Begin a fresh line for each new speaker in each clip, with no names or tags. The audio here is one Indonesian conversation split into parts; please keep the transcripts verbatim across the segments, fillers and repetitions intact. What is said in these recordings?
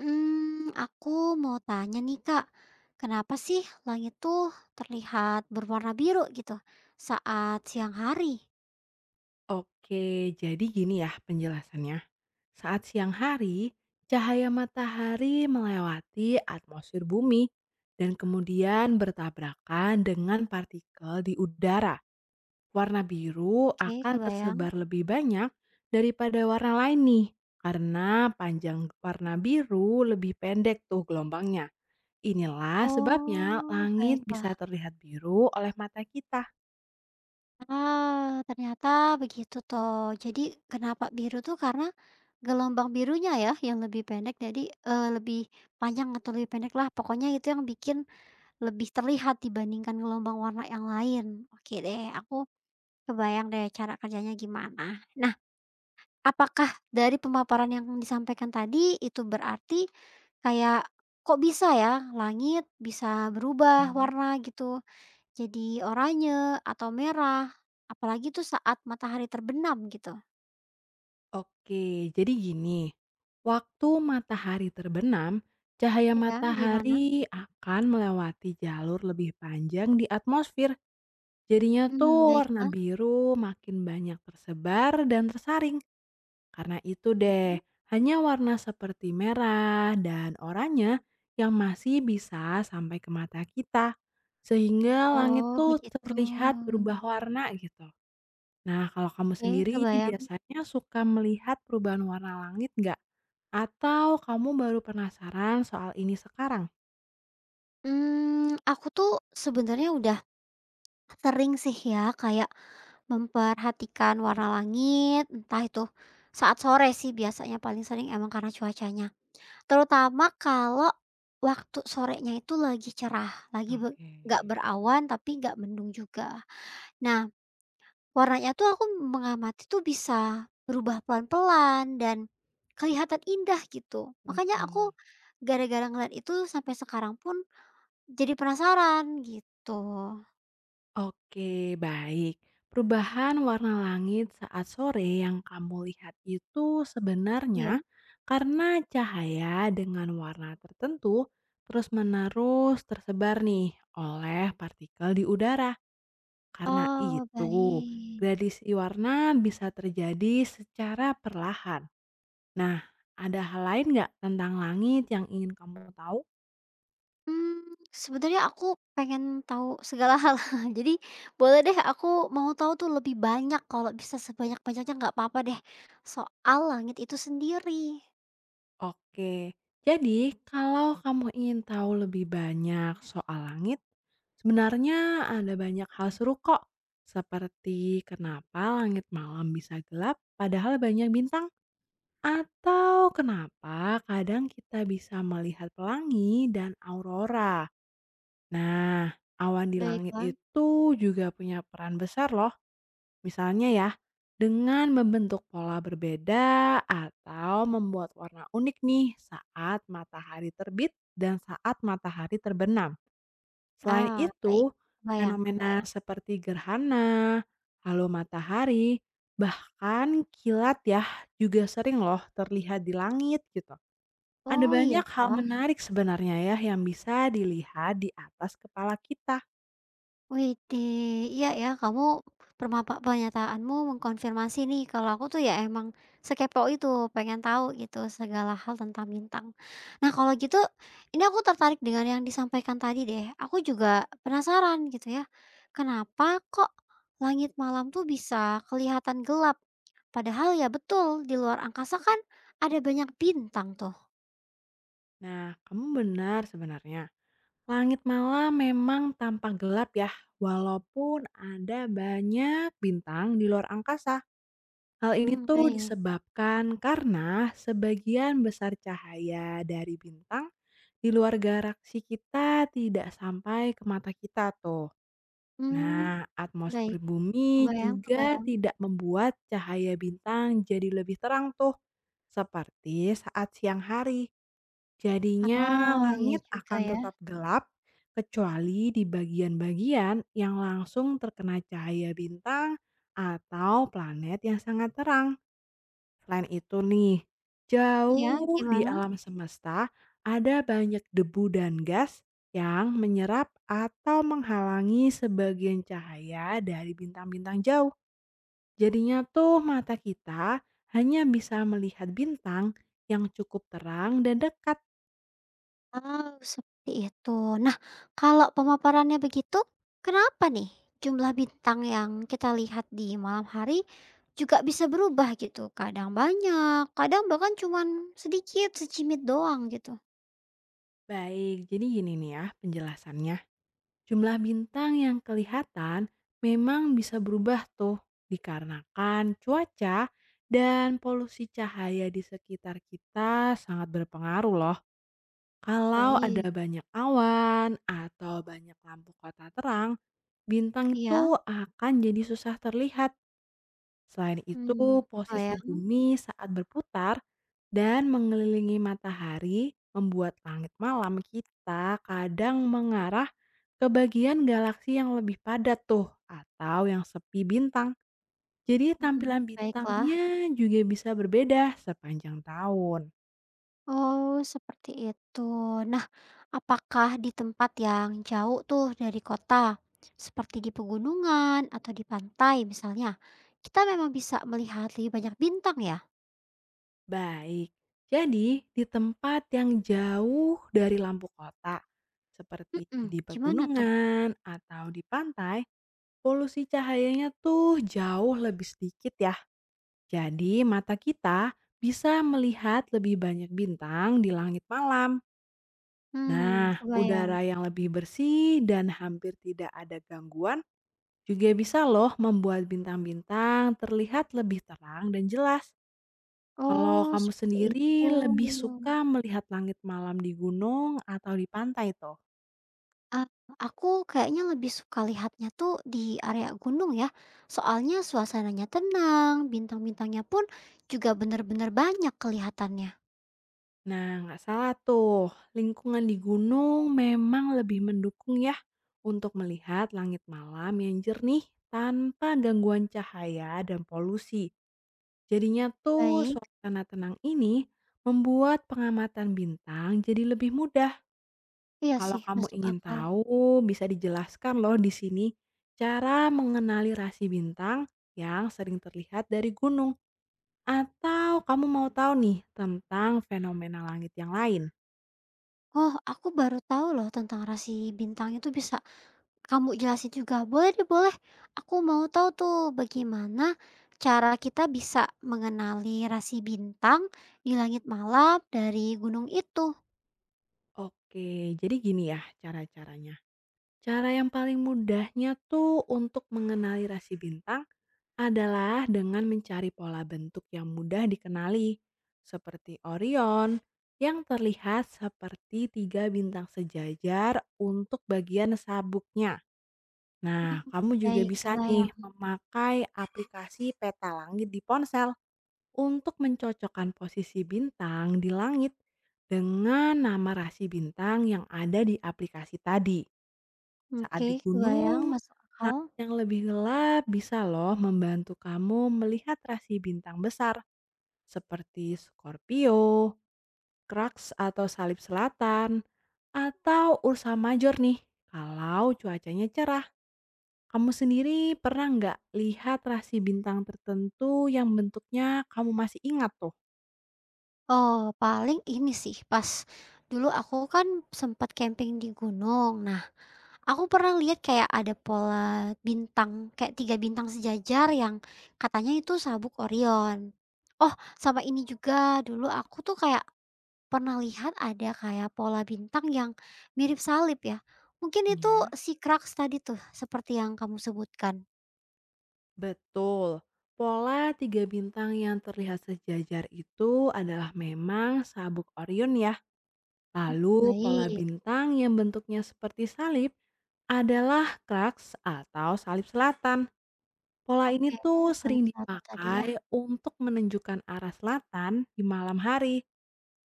Hmm, aku mau tanya nih Kak, kenapa sih langit tuh terlihat berwarna biru gitu saat siang hari?
Oke, jadi gini ya penjelasannya. Saat siang hari, cahaya matahari melewati atmosfer bumi dan kemudian bertabrakan dengan partikel di udara. Warna biru
Oke,
akan
kebayang.
tersebar lebih banyak daripada warna lain nih, karena panjang warna biru lebih pendek tuh gelombangnya. Inilah sebabnya
Oh,
langit
baiklah.
bisa terlihat biru oleh mata kita.
Ah, ternyata begitu toh. Jadi kenapa biru tuh karena gelombang birunya ya yang lebih pendek jadi, eee, lebih panjang atau lebih pendek lah pokoknya itu yang bikin lebih terlihat dibandingkan gelombang warna yang lain. Oke deh, aku kebayang deh cara kerjanya gimana. Apakah dari pemaparan yang disampaikan tadi, itu berarti kayak, kok bisa ya langit bisa berubah
Hmm.
warna gitu, jadi oranye atau merah, apalagi tuh saat matahari terbenam gitu?
Oke, jadi gini, waktu matahari terbenam, cahaya
Ya, gimana?
matahari akan melewati jalur lebih panjang di atmosfer. Jadinya
Mmm,
tuh warna
baiklah,
biru makin banyak tersebar dan tersaring. Karena itu deh,
mhm.
hanya warna seperti merah dan oranye yang masih bisa sampai ke mata kita. Sehingga langit
Oh,
tuh
begitu,
terlihat berubah warna gitu. Nah, kalau kamu
oke,
sendiri
kebayang.
biasanya suka melihat perubahan warna langit nggak? Atau kamu baru penasaran soal ini sekarang?
Mmm, aku tuh sebenarnya udah sering sih ya, kayak memperhatikan warna langit, entah itu saat sore sih biasanya paling sering emang karena cuacanya. Terutama kalau waktu sorenya itu lagi cerah, lagi be
Oke,
nggak berawan tapi nggak mendung juga. Nah, warnanya tuh aku mengamati tuh bisa berubah pelan-pelan dan kelihatan indah gitu. Makanya aku
betul.
gara-gara ngeliat itu sampai sekarang pun jadi penasaran gitu.
Oke, baik. Perubahan warna langit saat sore yang kamu lihat itu sebenarnya
Iya.
karena cahaya dengan warna tertentu terus-menerus tersebar nih oleh partikel di udara. Karena
Oh,
itu,
baik.
gradasi warna bisa terjadi secara perlahan. Nah, ada hal lain nggak tentang langit yang ingin kamu tahu?
Mmm, sebenarnya aku pengen tahu segala hal. Jadi boleh deh aku mau tahu tuh lebih banyak, kalau bisa sebanyak-banyaknya nggak apa-apa deh, soal langit itu sendiri.
Oke, jadi kalau kamu ingin tahu lebih banyak soal langit, sebenarnya ada banyak hal seru kok. Seperti kenapa langit malam bisa gelap padahal banyak bintang. Atau kenapa kadang kita bisa melihat pelangi dan aurora. Nah, awan di langit
Baiklah.
itu juga punya peran besar loh. Misalnya ya, dengan membentuk pola berbeda atau membuat warna unik nih saat matahari terbit dan saat matahari terbenam. Selain
Ah, baik.
itu,
Kebayang,
fenomena
kebayang.
seperti gerhana, halo matahari, bahkan kilat ya juga sering loh terlihat di langit gitu. Ada
Oh, iya
banyak hal
kah?
menarik sebenarnya ya yang bisa dilihat di atas kepala kita.
Widih, iya ya kamu permapa pernyataanmu mengkonfirmasi nih kalau aku tuh ya emang sekepo itu, pengen tahu gitu segala hal tentang bintang. Nah, kalau gitu, ini aku tertarik dengan yang disampaikan tadi deh, aku juga penasaran gitu ya, kenapa kok langit malam tuh bisa kelihatan gelap? Padahal ya betul, di luar angkasa kan ada banyak bintang tuh.
Nah, kamu benar sebenarnya. Langit malam memang tampak gelap ya, walaupun ada banyak bintang di luar angkasa. Hal ini
Hmm,
tuh
baik.
disebabkan karena sebagian besar cahaya dari bintang di luar galaksi kita tidak sampai ke mata kita tuh.
Hmm,
Nah,
baik.
atmosfer bumi
Kebayang,
juga
kebayang.
tidak membuat cahaya bintang jadi lebih terang tuh, seperti saat siang hari. Jadinya
Ah, ya
langit
juga
akan
ya.
tetap gelap, kecuali di bagian-bagian yang langsung terkena cahaya bintang atau planet yang sangat terang. Selain itu nih,
Iya,
jauh di
gimana?
alam semesta ada banyak debu dan gas yang menyerap atau menghalangi sebagian cahaya dari bintang-bintang jauh. Jadinya tuh mata kita hanya bisa melihat bintang yang cukup terang dan dekat.
Oh, seperti itu. Nah, kalau pemaparannya begitu, kenapa nih jumlah bintang yang kita lihat di malam hari juga bisa berubah gitu? Kadang banyak, kadang bahkan cuman sedikit, secimit doang gitu.
Baik, jadi gini nih ya penjelasannya. Jumlah bintang yang kelihatan memang bisa berubah tuh dikarenakan cuaca dan polusi cahaya di sekitar kita sangat berpengaruh loh. Kalau
Baik.
ada banyak awan atau banyak lampu kota terang, bintang
Iya.
itu akan jadi susah terlihat. Selain itu,
Hmm. Oh
posisi
ya.
bumi saat berputar dan mengelilingi matahari membuat langit malam kita kadang mengarah ke bagian galaksi yang lebih padat tuh atau yang sepi bintang. Jadi
Hmm,
tampilan
baiklah.
bintangnya juga bisa berbeda sepanjang tahun.
Oh, seperti itu. Nah, apakah di tempat yang jauh tuh dari kota, seperti di pegunungan atau di pantai misalnya, kita memang bisa melihat lebih banyak bintang ya?
Baik, jadi di tempat yang jauh dari lampu kota, seperti
Mm-mm.
di
Gimana tuh?
pegunungan atau di pantai, polusi cahayanya tuh jauh lebih sedikit ya. Jadi mata kita bisa melihat lebih banyak bintang di langit malam.
Hmm,
Nah,
kebayang.
udara yang lebih bersih dan hampir tidak ada gangguan juga bisa loh membuat bintang-bintang terlihat lebih terang dan jelas. Kalau
Oh,
kamu
seperti
sendiri
itu.
lebih suka melihat langit malam di gunung atau di pantai toh?
Ah, aku kayaknya lebih suka lihatnya tuh di area gunung ya. Soalnya suasananya tenang, bintang-bintangnya pun juga benar-benar banyak kelihatannya.
Nah, nggak salah tuh. Lingkungan di gunung memang lebih mendukung ya untuk melihat langit malam yang jernih tanpa gangguan cahaya dan polusi. Jadinya tuh
Baik,
suasana tenang ini membuat pengamatan bintang jadi lebih mudah.
iya
Kalau
sih,
kamu
masuk
ingin
akal.
tahu, bisa dijelaskan loh di sini cara mengenali rasi bintang yang sering terlihat dari gunung. Atau kamu mau tahu nih tentang fenomena langit yang lain?
Oh, aku baru tahu loh tentang rasi bintang itu bisa kamu jelasin juga. Boleh deh, boleh. Aku mau tahu tuh bagaimana cara kita bisa mengenali rasi bintang di langit malam dari gunung itu.
Oke, jadi gini ya cara-caranya. Cara yang paling mudahnya tuh untuk mengenali rasi bintang adalah dengan mencari pola bentuk yang mudah dikenali, seperti Orion yang terlihat seperti tiga bintang sejajar untuk bagian sabuknya.
Hmm,
Nah, kamu juga
baik,
bisa nih
kebayang.
memakai aplikasi peta langit di ponsel untuk mencocokkan posisi bintang di langit dengan nama rasi bintang yang ada di aplikasi tadi. Saat
Oke,
di
kebayang,
gunung,
masuk akal.
langit yang lebih gelap bisa loh membantu kamu melihat rasi bintang besar seperti Scorpio, Crux atau Salib Selatan, atau Ursa Major nih. Kalau cuacanya cerah, kamu sendiri pernah nggak lihat rasi bintang tertentu yang bentuknya kamu masih ingat tuh?
Oh, paling ini sih pas dulu aku kan sempat camping di gunung. Nah, aku pernah lihat kayak ada pola bintang, kayak tiga bintang sejajar yang katanya itu sabuk Orion. Oh, sama ini juga dulu aku tuh kayak pernah lihat ada kayak pola bintang yang mirip salib ya. Mungkin itu
Ya.
si Crux tadi tuh seperti yang kamu sebutkan.
Betul. Pola tiga bintang yang terlihat sejajar itu adalah memang sabuk Orion ya.
Hmm,
Lalu pola
baik.
bintang yang bentuknya seperti salib adalah Crux atau Salib Selatan. Pola ini
Oke,
tuh
salib
sering
selatan tadi ya.
dipakai untuk menunjukkan arah selatan di malam hari,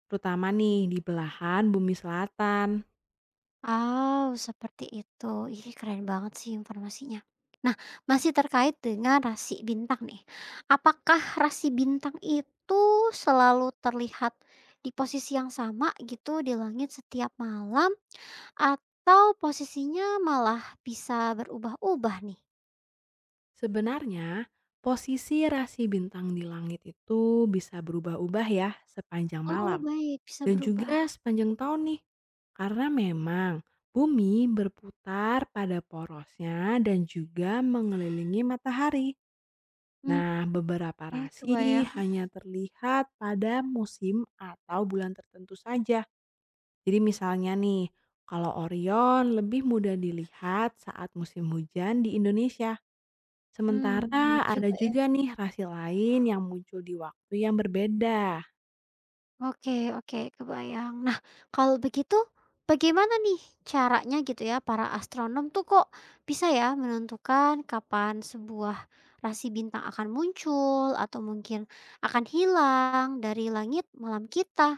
terutama nih di belahan bumi selatan.
Oh, seperti itu. Ih, keren banget sih informasinya. Nah, masih terkait dengan rasi bintang nih. Apakah rasi bintang itu selalu terlihat di posisi yang sama gitu di langit setiap malam atau posisinya malah bisa berubah-ubah nih?
Sebenarnya, posisi rasi bintang di langit itu bisa berubah-ubah ya sepanjang
Oh,
malam
baik, bisa
dan
berubah.
juga sepanjang tahun nih. Karena memang bumi berputar pada porosnya dan juga mengelilingi matahari.
Hmm,
Nah, beberapa
eh,
rasi
kebayang.
hanya terlihat pada musim atau bulan tertentu saja. Jadi misalnya nih, kalau Orion lebih mudah dilihat saat musim hujan di Indonesia.
Hmm,
Sementara
benar
ada
juga ya.
juga nih rasi lain yang muncul di waktu yang berbeda.
Oke, oke, kebayang. Nah, kalau begitu bagaimana nih caranya gitu ya para astronom tuh kok bisa ya menentukan kapan sebuah rasi bintang akan muncul atau mungkin akan hilang dari langit malam kita?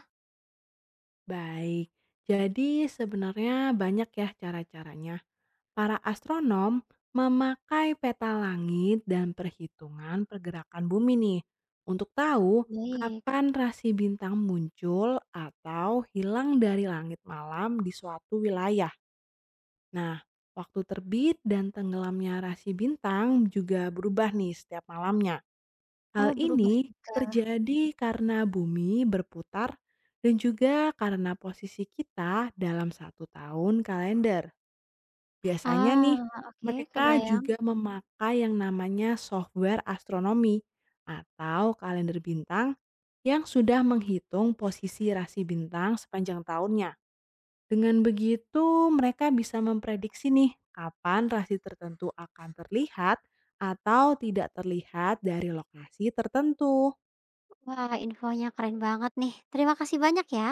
Baik, jadi sebenarnya banyak ya cara-caranya. Para astronom memakai peta langit dan perhitungan pergerakan bumi nih untuk tahu
Baik.
kapan rasi bintang muncul atau hilang dari langit malam di suatu wilayah. Nah, waktu terbit dan tenggelamnya rasi bintang juga berubah nih setiap malamnya. Hal
Oh, berubah
ini
juga.
terjadi karena bumi berputar dan juga karena posisi kita dalam satu tahun kalender. Biasanya nih,
Ah, oke,
mereka
kebayang.
juga memakai yang namanya software astronomi atau kalender bintang yang sudah menghitung posisi rasi bintang sepanjang tahunnya. Dengan begitu, mereka bisa memprediksi nih kapan rasi tertentu akan terlihat atau tidak terlihat dari lokasi tertentu.
Wah, infonya keren banget nih. Terima kasih banyak ya.